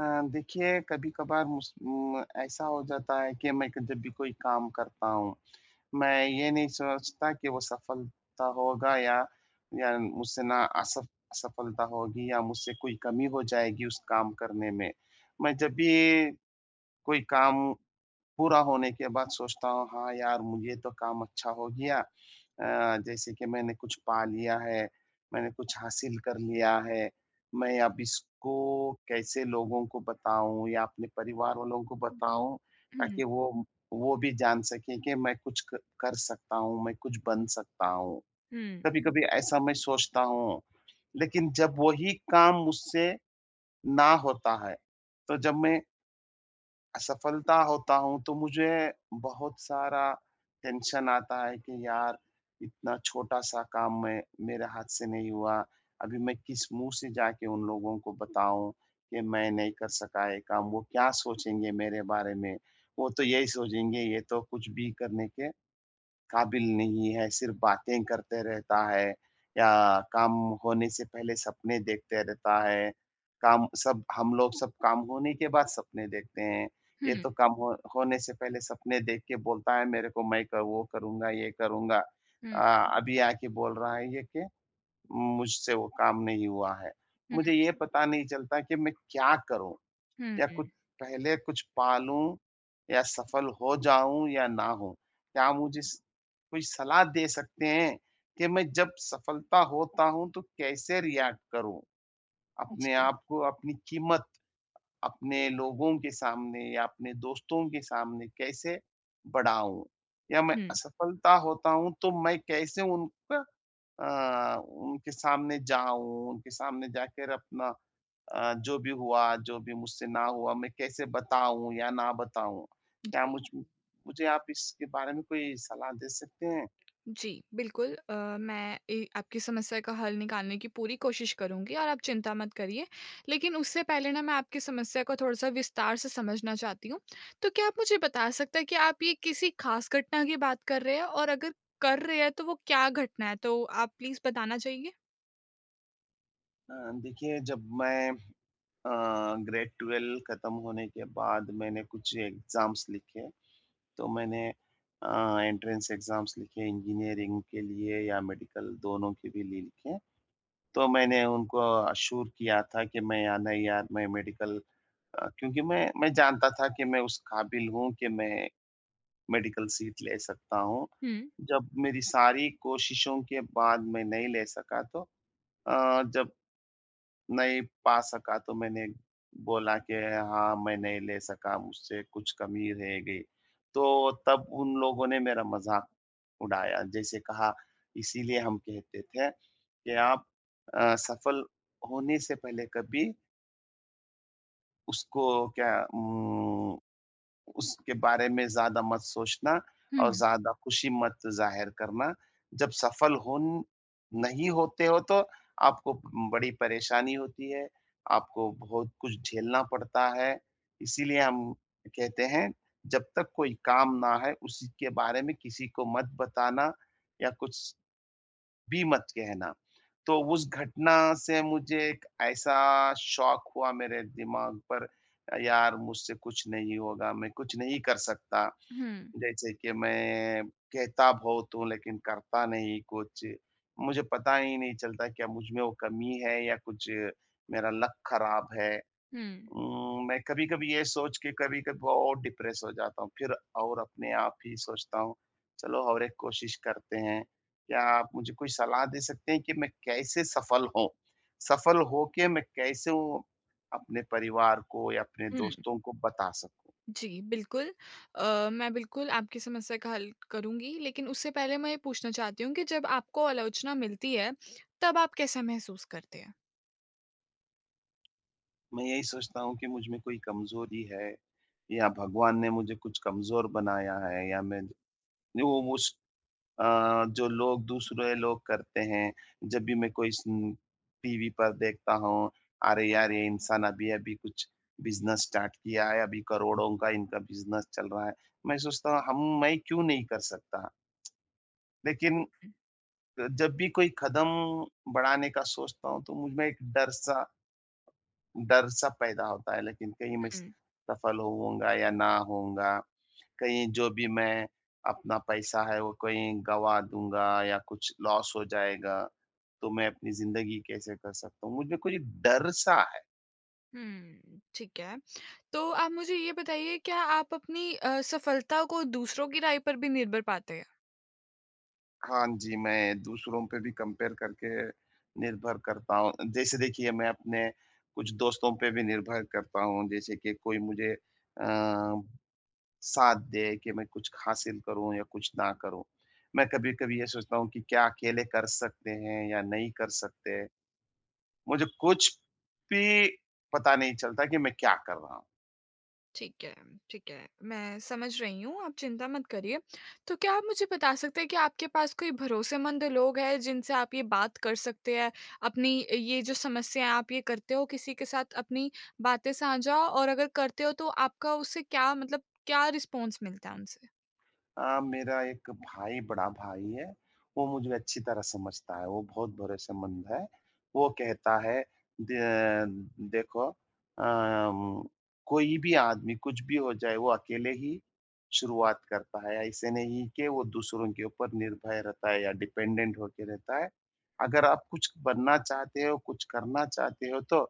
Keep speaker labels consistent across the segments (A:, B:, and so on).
A: अ, देखिए, कभी कभार ऐसा हो जाता है कि मैं जब भी कोई काम करता हूँ, मैं ये नहीं सोचता कि वो सफलता होगा या मुझसे ना असफ असफलता होगी या मुझसे कोई कमी हो जाएगी उस काम करने में। मैं जब भी कोई काम पूरा होने के बाद सोचता हूँ, हाँ यार, मुझे तो काम अच्छा हो गया। जैसे कि मैंने कुछ पा लिया है, मैंने कुछ हासिल कर लिया है। मैं अब इसको कैसे लोगों को बताऊँ या अपने परिवार वालों को बताऊँ,
B: हुँ।
A: ताकि वो भी जान सकें कि मैं कुछ क कर सकता हूँ, मैं कुछ बन सकता हूँ।
B: हुँ।
A: कभी-कभी ऐसा मैं सोचता हूँ। लेकिन जब वही काम मुझसे ना होता है, तो जब मैं असफलता होता हूँ तो मुझे बहुत सारा टेंशन आता है कि यार, इतना छोटा-सा काम मैं मेरे हाथ से नहीं हुआ। अभी मैं किस मुँह से जाके उन लोगों को बताऊँ कि मैं नहीं कर सका ये काम, वो क्या सोचेंगे मेरे बारे में? वो तो यही सोचेंगे, ये तो कुछ भी करने के काबिल नहीं है, सिर्फ़ बातें करते रहता है या काम होने से पहले सपने देखते रहता है। काम सब हम लोग सब काम होने के बाद सपने देखते हैं। ये
B: हुँ।
A: तो काम हो होने से पहले सपने देख के बोलता है, मेरे को मैं क वो करूँगा, ये करूँगा।
B: हुँ।
A: अभी आके बोल रहा है ये कि मुझसे वो काम नहीं हुआ है।
B: हुँ।
A: मुझे ये पता नहीं चलता कि मैं क्या करूँ?
B: हुँ।
A: या कुछ पहले कुछ पा लूँ या सफल हो जाऊँ या ना हो? क्या आप मुझे स कोई सलाह दे सकते हैं कि मैं जब सफलता होता हूँ तो कैसे रिएक्ट करूँ? अपने
B: जी।
A: आप को, अपनी कीमत अपने लोगों के सामने या अपने दोस्तों के सामने कैसे बढ़ाऊँ? या मैं
B: हुँ।
A: असफलता होता हूँ तो मैं कैसे उनका, अ, उनके सामने जाऊँ, उनके सामने जाकर अपना, जो भी हुआ, जो भी मुझसे ना हुआ, मैं कैसे बताऊँ या ना बताऊँ? क्या
B: जी।
A: मुझे आप इसके बारे में कोई सलाह दे सकते हैं?
B: जी, बिल्कुल। मैं ए आपकी समस्या का हल निकालने की पूरी कोशिश करूँगी और आप चिंता मत करिए। लेकिन उससे पहले ना मैं आपकी समस्या को थोड़ा-सा विस्तार से समझना चाहती हूँ। तो क्या आप मुझे बता सकते हैं कि आप ये किसी खास घटना की बात कर रहे हैं, और अगर कर रहे हैं तो वो क्या घटना है? तो आप प्लीज़ बताना चाहिए?
A: अ, देखिए, जब मैं अ, ग्रेड 12 खत्म होने के बाद मैंने कुछ एग्ज़ाम्स लिखे, तो मैंने एंट्रेंस एग्ज़ाम्स लिखे इंजीनियरिंग के लिए या मेडिकल दोनों के भी लिए लिखे। तो मैंने उनको अश्योर किया था कि मैं, या नहीं यार, मैं मेडिकल, क्योंकि मैं जानता था कि मैं उस काबिल हूँ कि मैं मेडिकल सीट ले सकता हूँ।
B: हुँ।
A: जब मेरी सारी कोशिशों के बाद मैं नहीं ले सका तो जब नहीं पा सका तो मैंने बोला कि हाँ, मैं नहीं ले सका, मुझसे कुछ कमी रह गई। तो तब उन लोगों ने मेरा मज़ाक उड़ाया, जैसे कहा, इसीलिए हम कहते थे कि आप सफल होने से पहले कभी उसको, क्या उम उसके बारे में ज़्यादा मत सोचना और
B: हुँ।
A: ज़्यादा खुशी मत ज़ाहिर करना। जब सफल होन नहीं होते हो तो आपको बड़ी परेशानी होती है, आपको बहुत कुछ झेलना पड़ता है। इसीलिए हम कहते हैं, जब तक कोई काम ना है, उसी के बारे में किसी को मत बताना या कुछ भी मत कहना। तो उस घटना से मुझे एक ऐसा शॉक हुआ मेरे दिमाग पर, यार मुझसे कुछ नहीं होगा, मैं कुछ नहीं कर सकता।
B: हुँ।
A: जैसे कि मैं कहता बहुत हूँ लेकिन करता नहीं कुछ। मुझे पता ही नहीं चलता, क्या मुझ में वो कमी है या कुछ मेरा लक खराब है।
B: हुँ।
A: मैं कभी-कभी ये सोच के कभी-कभी बहुत डिप्रेस हो जाता हूँ, फिर और अपने आप ही सोचता हूँ, चलो और एक कोशिश करते हैं। क्या आप मुझे कोई सलाह दे सकते हैं कि मैं कैसे सफल हों? सफल होके मैं कैसे वो अपने परिवार को या अपने
B: हुँ।
A: दोस्तों को बता सकूँ?
B: जी, बिल्कुल। मैं बिल्कुल आपकी समस्या का हल करूँगी, लेकिन उससे पहले मैं ये पूछना चाहती हूँ कि जब आपको आलोचना मिलती है, तब आप कैसा महसूस करते हैं?
A: मैं यही सोचता हूँ कि मुझ में कोई कमज़ोरी है या भगवान ने मुझे कुछ कमज़ोर बनाया है, या मैं वो उस जो लोग, दूसरे लोग करते हैं, जब भी मैं कोई स्न टीवी पर देखता हूँ, अरे यार! ये इंसान अभी-अभी कुछ बिज़नेस स्टार्ट किया है, अभी करोड़ों का इनका बिज़नेस चल रहा है। मैं सोचता हूँ हम मैं क्यों नहीं कर सकता? लेकिन जब भी कोई कदम बढ़ाने का सोचता हूँ, तो मुझ में एक डर-सा पैदा होता है, लेकिन कहीं मैं स
B: हुँ।
A: सफल होऊँगा या ना होऊँगा। कहीं जो भी मैं अपना पैसा है वो कहीं गँवा दूँगा या कुछ लॉस हो जाएगा, तो मैं अपनी ज़िंदगी कैसे कर सकता हूँ? मुझमें कोई डर-सा है।
B: हुँ, ठीक है। तो आप मुझे ये बताइए, क्या आप अपनी सफलता को दूसरों की राय पर भी निर्भर पाते हैं?
A: हाँ जी, मैं दूसरों पे भी कंपेयर करके निर्भर करता हूँ। जैसे देखिए, मैं अपने कुछ दोस्तों पे भी निर्भर करता हूँ, जैसे कि कोई मुझे साथ दे कि मैं कुछ हासिल करूँ या कुछ ना करूँ। मैं कभी-कभी ये सोचता हूँ कि क्या अकेले कर सकते हैं या नहीं कर सकते? मुझे कुछ भी पता नहीं चलता कि मैं क्या कर रहा हूँ।
B: ठीक है, ठीक है। मैं समझ रही हूँ, आप चिंता मत करिए। तो क्या आप मुझे बता सकते हैं कि आपके पास कोई भरोसेमंद लोग हैं जिनसे आप ये बात कर सकते हैं? अपनी ये जो समस्या है, आप ये करते हो किसी के साथ अपनी बातें साझा? और अगर करते हो तो आपका उससे क्या मतलब, क्या रिस्पॉन्स मिलता है उनसे?
A: मेरा एक भाई, बड़ा भाई है, वो मुझे अच्छी तरह समझता है, वो बहुत भरोसेमंद है। वो कहता है, दे देखो, अम, कोई भी आदमी कुछ भी हो जाए, वो अकेले ही शुरुआत करता है। ऐसे नहीं कि वो दूसरों के ऊपर निर्भर रहता है या डिपेंडेंट होके रहता है। अगर आप कुछ बनना चाहते हो, कुछ करना चाहते हो तो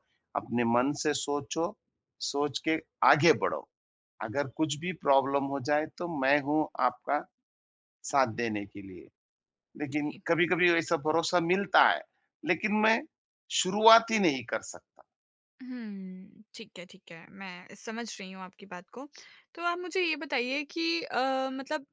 A: अपने मन से सोचो, सोच के आगे बढ़ो। अगर कुछ भी प्रॉब्लम हो जाए तो मैं हूँ आपका साथ देने के लिए। लेकिन कभी-कभी ऐसा भरोसा मिलता है, लेकिन मैं शुरुआत ही नहीं कर सकता।
B: हुँ, ठीक है, ठीक है। मैं समझ रही हूँ आपकी बात को। तो आप मुझे ये बताइए कि मतलब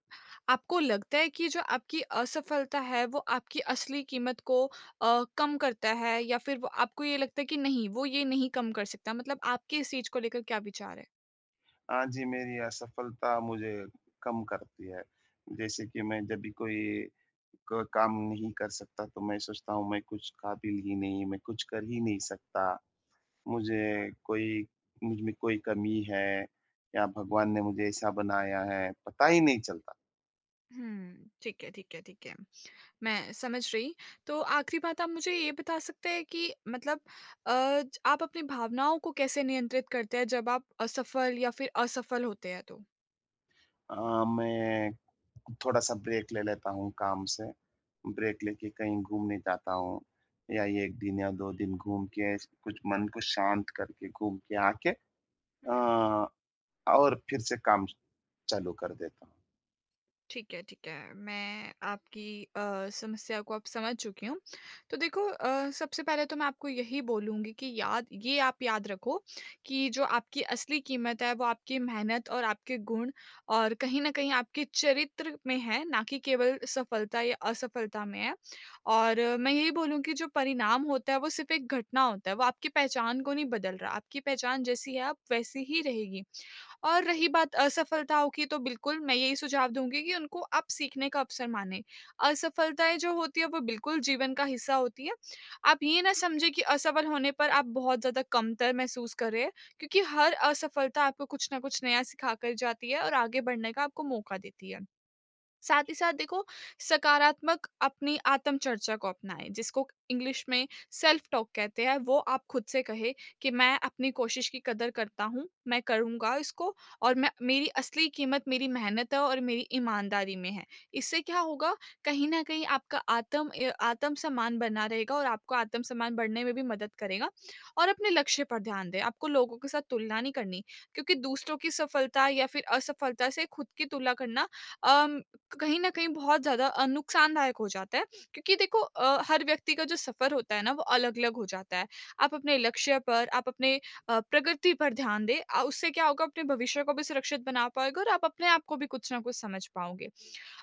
B: आपको लगता है कि जो आपकी असफलता है, वो आपकी असली कीमत को कम करता है, या फिर वो आपको ये लगता है कि नहीं, वो ये नहीं कम कर सकता? मतलब आपके इस चीज़ को लेकर क्या विचार है?
A: हाँ जी, मेरी असफलता मुझे कम करती है। जैसे कि मैं जब भी कोई क काम नहीं कर सकता तो मैं सोचता हूँ मैं कुछ काबिल ही नहीं, मैं कुछ कर ही नहीं सकता। मुझे कोई मुझ में कोई कमी है या भगवान ने मुझे ऐसा बनाया है, पता ही नहीं चलता।
B: हुँ, ठीक है, ठीक है, ठीक है। मैं समझ रही। तो आखिरी बात, आप मुझे ये बता सकते हैं कि मतलब, अ, ज आप अपनी भावनाओं को कैसे नियंत्रित करते हैं जब आप असफल या फिर असफल होते हैं तो?
A: मैं थोड़ा-सा ब्रेक ले लेता हूँ काम से। ब्रेक लेके कहीं घूमने जाता हूँ या 1 दिन या 2 दिन घूम के कुछ मन को शांत करके घूम के आके, अ, और फिर से काम चालू कर देता हूँ।
B: ठीक है, ठीक है। मैं आपकी समस्या को अब समझ चुकी हूँ। तो देखो, सबसे पहले तो मैं आपको यही बोलूँगी कि याद ये आप याद रखो कि जो आपकी असली कीमत है वो आपकी मेहनत और आपके गुण और कहीं न कहीं आपके चरित्र में है, ना कि केवल सफलता या असफलता में है। और मैं यही बोलूँगी, जो परिणाम होता है वो सिर्फ़ एक घटना होता है, वो आपकी पहचान को नहीं बदल रहा। आपकी पहचान जैसी है आप वैसी ही रहेगी। और रही बात असफलताओं की, तो बिल्कुल मैं यही सुझाव दूँगी कि उनको आप सीखने का अवसर मानें। असफलताएँ जो होती हैं वो बिल्कुल जीवन का हिस्सा होती हैं। आप ये ना समझें कि असफल होने पर आप बहुत ज़्यादा कमतर महसूस कर रहे हैं, क्योंकि हर असफलता आपको कुछ ना कुछ नया सिखा कर जाती है और आगे बढ़ने का आपको मौका देती है। साथ ही साथ देखो, सकारात्मक अपनी आत्मचर्चा को अपनाएं, जिसको इंग्लिश में सेल्फ टॉक कहते हैं। वो आप खुद से कहे कि मैं अपनी कोशिश की कदर करता हूँ, मैं करूँगा इसको, और मैं, मेरी असली कीमत मेरी मेहनत है और मेरी ईमानदारी में है। इससे क्या होगा, कहीं ना कहीं आपका आत्म सम्मान बना रहेगा और आपको आत्म सम्मान बढ़ने में भी मदद करेगा। और अपने लक्ष्य पर ध्यान दें, आपको लोगों के साथ तुलना नहीं करनी, क्योंकि दूसरों की सफलता या फिर असफलता से खुद की तुलना करना कहीं न कहीं बहुत ज़्यादा नुकसानदायक हो जाता है। क्योंकि देखो, हर व्यक्ति का जो सफ़र होता है ना, वो अलग-अलग हो जाता है। आप अपने लक्ष्य पर, आप अपने प्रगति पर ध्यान दें। उससे क्या होगा, अपने भविष्य को भी सुरक्षित बना पाओगे और आप अपने आप को भी कुछ ना कुछ समझ पाओगे।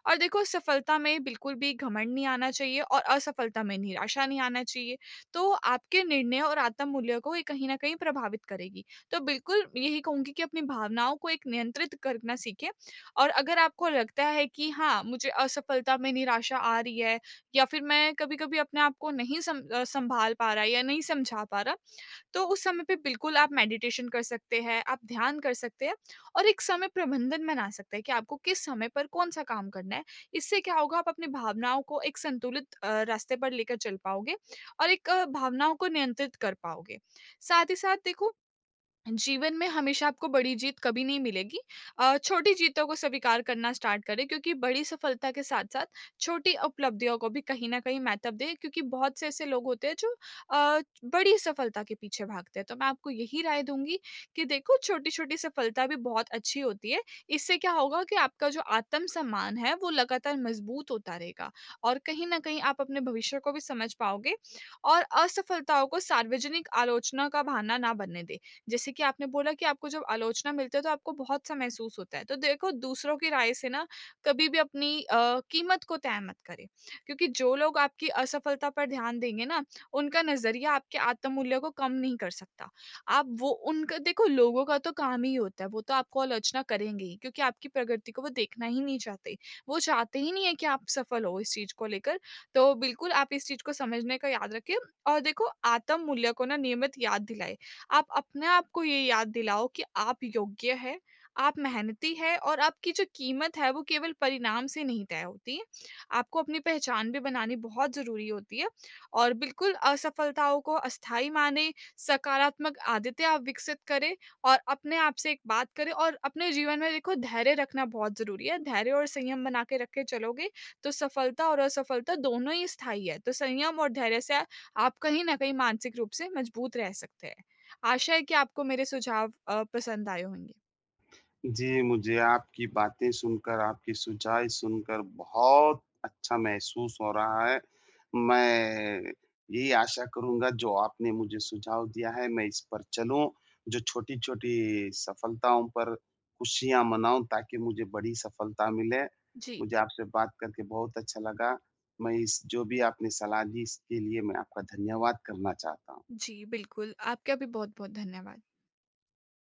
B: और देखो, सफलता में बिल्कुल भी घमंड नहीं आना चाहिए और असफलता में निराशा नहीं आना चाहिए। तो आपके निर्णय और आत्म मूल्य को ये कहीं ना कहीं प्रभावित करेगी। तो बिल्कुल यही कहूंगी कि अपनी भावनाओं को एक नियंत्रित करना सीखें। और अगर आपको लगता है कि हाँ, मुझे असफलता में निराशा आ रही है, या फिर मैं कभी कभी अपने आप को नहीं संभाल पा रहा या नहीं समझा पा रहा, तो उस समय पे बिल्कुल आप मेडिटेशन कर सकते हैं, आप ध्यान कर सकते हैं। और एक समय प्रबंधन बना सकते हैं कि आपको किस समय पर कौन-सा काम करना है। इससे क्या होगा, आप अपनी भावनाओं को एक संतुलित रास्ते पर लेकर चल पाओगे और एक भावनाओं को नियंत्रित कर पाओगे। साथ ही साथ देखो, जीवन में हमेशा आपको बड़ी जीत कभी नहीं मिलेगी। छोटी जीतों को स्वीकार करना स्टार्ट करें, क्योंकि बड़ी सफलता के साथ-साथ छोटी उपलब्धियों को भी कहीं न कहीं महत्व दें, क्योंकि बहुत से ऐसे लोग होते हैं जो बड़ी सफलता के पीछे भागते हैं। तो मैं आपको यही राय दूँगी कि देखो, छोटी-छोटी सफलता भी बहुत अच्छी होती है। इससे क्या होगा कि आपका जो आत्म-सम्मान है वो लगातार मज़बूत होता रहेगा और कहीं न कहीं आप अपने भविष्य को भी समझ पाओगे। और असफलताओं को सार्वजनिक आलोचना का बहाना ना बनने दें। जैसे कि आपने बोला कि आपको जब आलोचना मिलती है तो आपको बहुत सा महसूस होता है। तो देखो, दूसरों की राय से ना कभी भी अपनी कीमत को तय मत करें, क्योंकि जो लोग आपकी असफलता पर ध्यान देंगे ना, उनका नज़रिया आपके आत्ममूल्य को कम नहीं कर सकता। आप, वो, उनका, देखो, लोगों का तो काम ही होता है, वो तो आपको आलोचना करेंगे ही, क्योंकि आपकी प्रगति को वो देखना ही नहीं चाहते। वो चाहते ही नहीं है कि आप सफल हो, इस चीज़ को लेकर। तो बिल्कुल आप इस चीज़ को समझने का याद रखें। और देखो, आत्ममूल्य को ना नियमित याद दिलाएँ। आप अपने आप को ये याद दिलाओ कि आप योग्य है, आप मेहनती है, और आपकी जो कीमत है वो केवल परिणाम से नहीं तय होती है। आपको अपनी पहचान भी बनानी बहुत ज़रूरी होती है। और बिल्कुल असफलताओं को अस्थाई माने, सकारात्मक आदतें आप विकसित करें और अपने आप से एक बात करें। और अपने जीवन में देखो, धैर्य रखना बहुत ज़रूरी है। धैर्य और संयम बना के रख के चलोगे तो सफलता और असफलता दोनों ही स्थायी है। तो संयम और धैर्य से आप कहीं न कहीं मानसिक रूप से मजबूत रह सकते हैं। आशा है कि आपको मेरे सुझाव पसंद आए होंगे।
A: जी, मुझे आपकी बातें सुनकर, आपके सुझाव सुनकर बहुत अच्छा महसूस हो रहा है। मैं यही आशा करूँगा, जो आपने मुझे सुझाव दिया है मैं इस पर चलूँ, जो छोटी-छोटी सफलताओं पर खुशियाँ मनाऊँ ताकि मुझे बड़ी सफलता मिले।
B: जी,
A: मुझे आपसे बात करके बहुत अच्छा लगा। मैं इस जो भी आपने सलाह दी इसके लिए मैं आपका धन्यवाद करना चाहता हूँ।
B: जी, बिल्कुल। आपका भी बहुत-बहुत धन्यवाद।